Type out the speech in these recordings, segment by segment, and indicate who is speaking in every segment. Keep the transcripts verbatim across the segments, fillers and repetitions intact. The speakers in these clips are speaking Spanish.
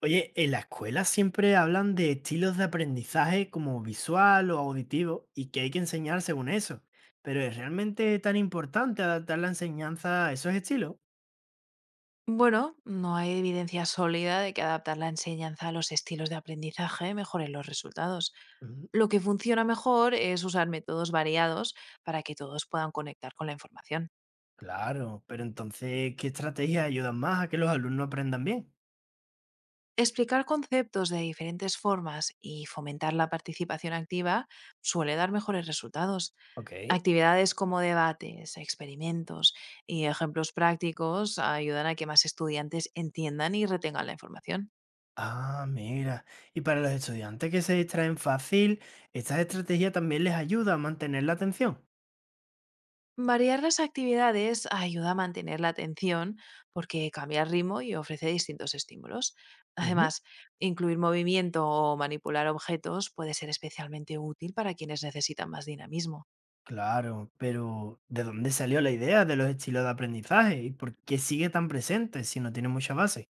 Speaker 1: Oye, en la escuela siempre hablan de estilos de aprendizaje como visual o auditivo y que hay que enseñar según eso. Pero ¿es realmente tan importante adaptar la enseñanza a esos estilos?
Speaker 2: Bueno, no hay evidencia sólida de que adaptar la enseñanza a los estilos de aprendizaje mejore los resultados.
Speaker 1: Mm,
Speaker 2: Lo que funciona mejor es usar métodos variados para que todos puedan conectar con la información.
Speaker 1: Claro, pero entonces, ¿qué estrategias ayudan más a que los alumnos aprendan bien?
Speaker 2: Explicar conceptos de diferentes formas y fomentar la participación activa suele dar mejores resultados.
Speaker 1: Ok.
Speaker 2: Actividades como debates, experimentos y ejemplos prácticos ayudan a que más estudiantes entiendan y retengan la información.
Speaker 1: Ah, mira. Y para los estudiantes que se distraen fácil, ¿estas estrategias también les ayuda a mantener la atención?
Speaker 2: Variar las actividades ayuda a mantener la atención porque cambia el ritmo y ofrece distintos estímulos. Además, incluir movimiento o manipular objetos puede ser especialmente útil para quienes necesitan más dinamismo.
Speaker 1: Claro, pero ¿de dónde salió la idea de los estilos de aprendizaje y por qué sigue tan presente si no tiene mucha base?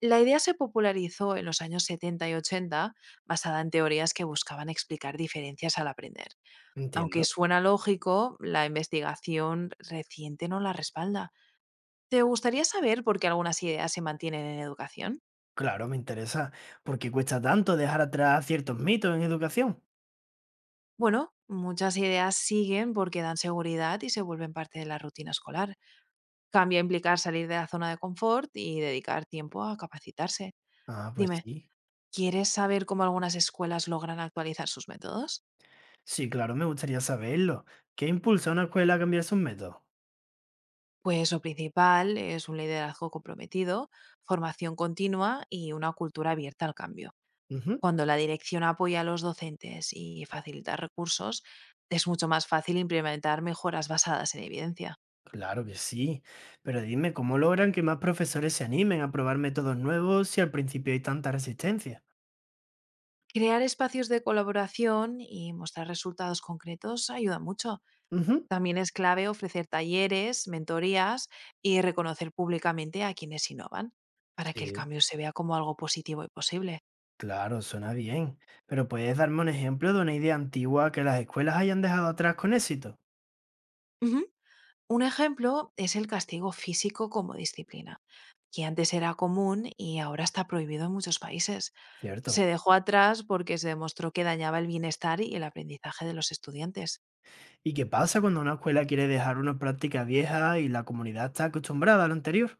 Speaker 2: La idea se popularizó en los años setenta y ochenta basada en teorías que buscaban explicar diferencias al aprender. Aunque
Speaker 1: Entiendo.
Speaker 2: suena lógico, la investigación reciente no la respalda. ¿Te gustaría saber por qué algunas ideas se mantienen en educación?
Speaker 1: Claro, me interesa. ¿Por qué cuesta tanto dejar atrás ciertos mitos en educación?
Speaker 2: Bueno, muchas ideas siguen porque dan seguridad y se vuelven parte de la rutina escolar. Cambia a implicar salir de la zona de confort y dedicar tiempo a capacitarse.
Speaker 1: Ah, pues
Speaker 2: Dime,
Speaker 1: sí.
Speaker 2: ¿quieres saber cómo algunas escuelas logran actualizar sus métodos?
Speaker 1: Sí, claro, me gustaría saberlo. ¿Qué impulsa a una escuela a cambiar sus métodos?
Speaker 2: Pues lo principal es un liderazgo comprometido, formación continua y una cultura abierta al cambio.
Speaker 1: Ujú.
Speaker 2: Cuando la dirección apoya a los docentes y facilita recursos, es mucho más fácil implementar mejoras basadas en evidencia.
Speaker 1: Claro que sí. Pero dime, ¿cómo logran que más profesores se animen a probar métodos nuevos si al principio hay tanta resistencia?
Speaker 2: Crear espacios de colaboración y mostrar resultados concretos ayuda mucho.
Speaker 1: Ujú.
Speaker 2: También es clave ofrecer talleres, mentorías y reconocer públicamente a quienes innovan para que el
Speaker 1: Sí.
Speaker 2: cambio se vea como algo positivo y posible.
Speaker 1: Claro, suena bien. Pero ¿puedes darme un ejemplo de una idea antigua que las escuelas hayan dejado atrás con éxito?
Speaker 2: Ujú. Un ejemplo es el castigo físico como disciplina, que antes era común y ahora está prohibido en muchos países.
Speaker 1: Cierto.
Speaker 2: Se dejó atrás porque se demostró que dañaba el bienestar y el aprendizaje de los estudiantes.
Speaker 1: ¿Y qué pasa cuando una escuela quiere dejar una práctica vieja y la comunidad está acostumbrada a lo anterior?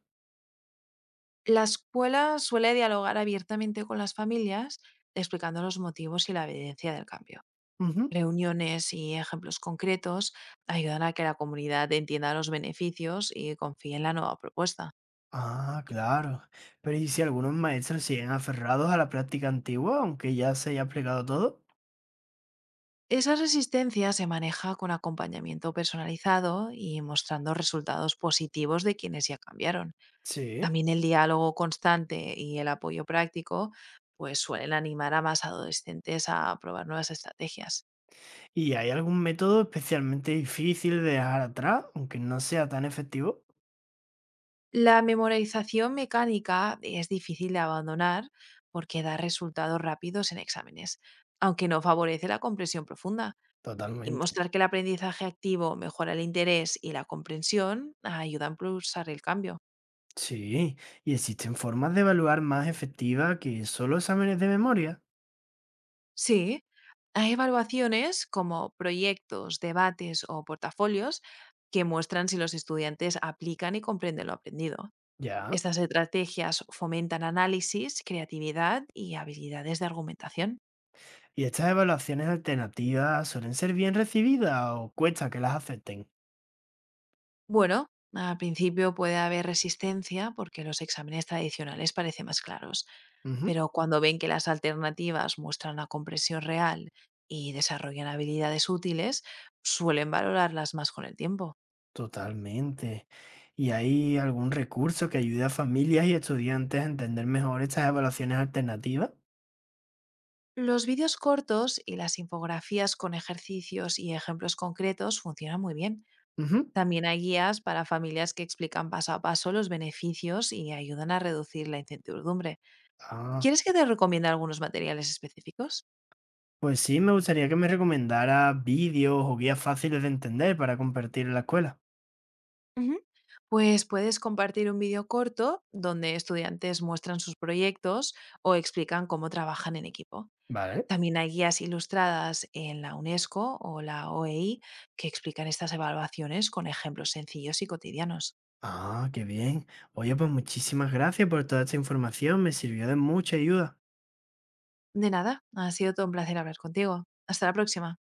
Speaker 2: La escuela suele dialogar abiertamente con las familias, explicando los motivos y la evidencia del cambio.
Speaker 1: Ujú.
Speaker 2: Reuniones y ejemplos concretos ayudan a que la comunidad entienda los beneficios y confíe en la nueva propuesta.
Speaker 1: Ah, claro. Pero ¿y si algunos maestros siguen aferrados a la práctica antigua, aunque ya se haya aplicado todo?
Speaker 2: Esa resistencia se maneja con acompañamiento personalizado y mostrando resultados positivos de quienes ya cambiaron.
Speaker 1: Sí.
Speaker 2: También el diálogo constante y el apoyo práctico pues suelen animar a más adolescentes a probar nuevas estrategias.
Speaker 1: ¿Y hay algún método especialmente difícil de dejar atrás, aunque no sea tan efectivo?
Speaker 2: La memorización mecánica es difícil de abandonar porque da resultados rápidos en exámenes, aunque no favorece la comprensión profunda. Y
Speaker 1: Totalmente.
Speaker 2: mostrar que el aprendizaje activo mejora el interés y la comprensión ayuda a impulsar el cambio.
Speaker 1: Sí, y existen formas de evaluar más efectivas que solo exámenes de memoria.
Speaker 2: Sí, hay evaluaciones como proyectos, debates o portafolios que muestran si los estudiantes aplican y comprenden lo aprendido.
Speaker 1: Ya.
Speaker 2: Estas estrategias fomentan análisis, creatividad y habilidades de argumentación.
Speaker 1: Y estas evaluaciones alternativas suelen ser bien recibidas o cuesta que las acepten.
Speaker 2: Bueno, al principio puede haber resistencia porque los exámenes tradicionales parecen más claros,
Speaker 1: Ujú.
Speaker 2: pero cuando ven que las alternativas muestran la compresión real y desarrollan habilidades útiles, suelen valorarlas más con el tiempo.
Speaker 1: Totalmente. ¿Y hay algún recurso que ayude a familias y estudiantes a entender mejor estas evaluaciones alternativas?
Speaker 2: Los vídeos cortos y las infografías con ejercicios y ejemplos concretos funcionan muy bien.
Speaker 1: Ujú.
Speaker 2: También hay guías para familias que explican paso a paso los beneficios y ayudan a reducir la incertidumbre.
Speaker 1: Ah,
Speaker 2: ¿Quieres que te recomiende algunos materiales específicos?
Speaker 1: pues sí, me gustaría que me recomendara vídeos o guías fáciles de entender para compartir en la escuela.
Speaker 2: Ujú. Pues puedes compartir un vídeo corto donde estudiantes muestran sus proyectos o explican cómo trabajan en equipo.
Speaker 1: Vale.
Speaker 2: También hay guías ilustradas en la UNESCO o la O E I que explican estas evaluaciones con ejemplos sencillos y cotidianos.
Speaker 1: Ah, qué bien. Oye, pues muchísimas gracias por toda esta información, me sirvió de mucha ayuda.
Speaker 2: De nada, ha sido todo un placer hablar contigo. Hasta la próxima.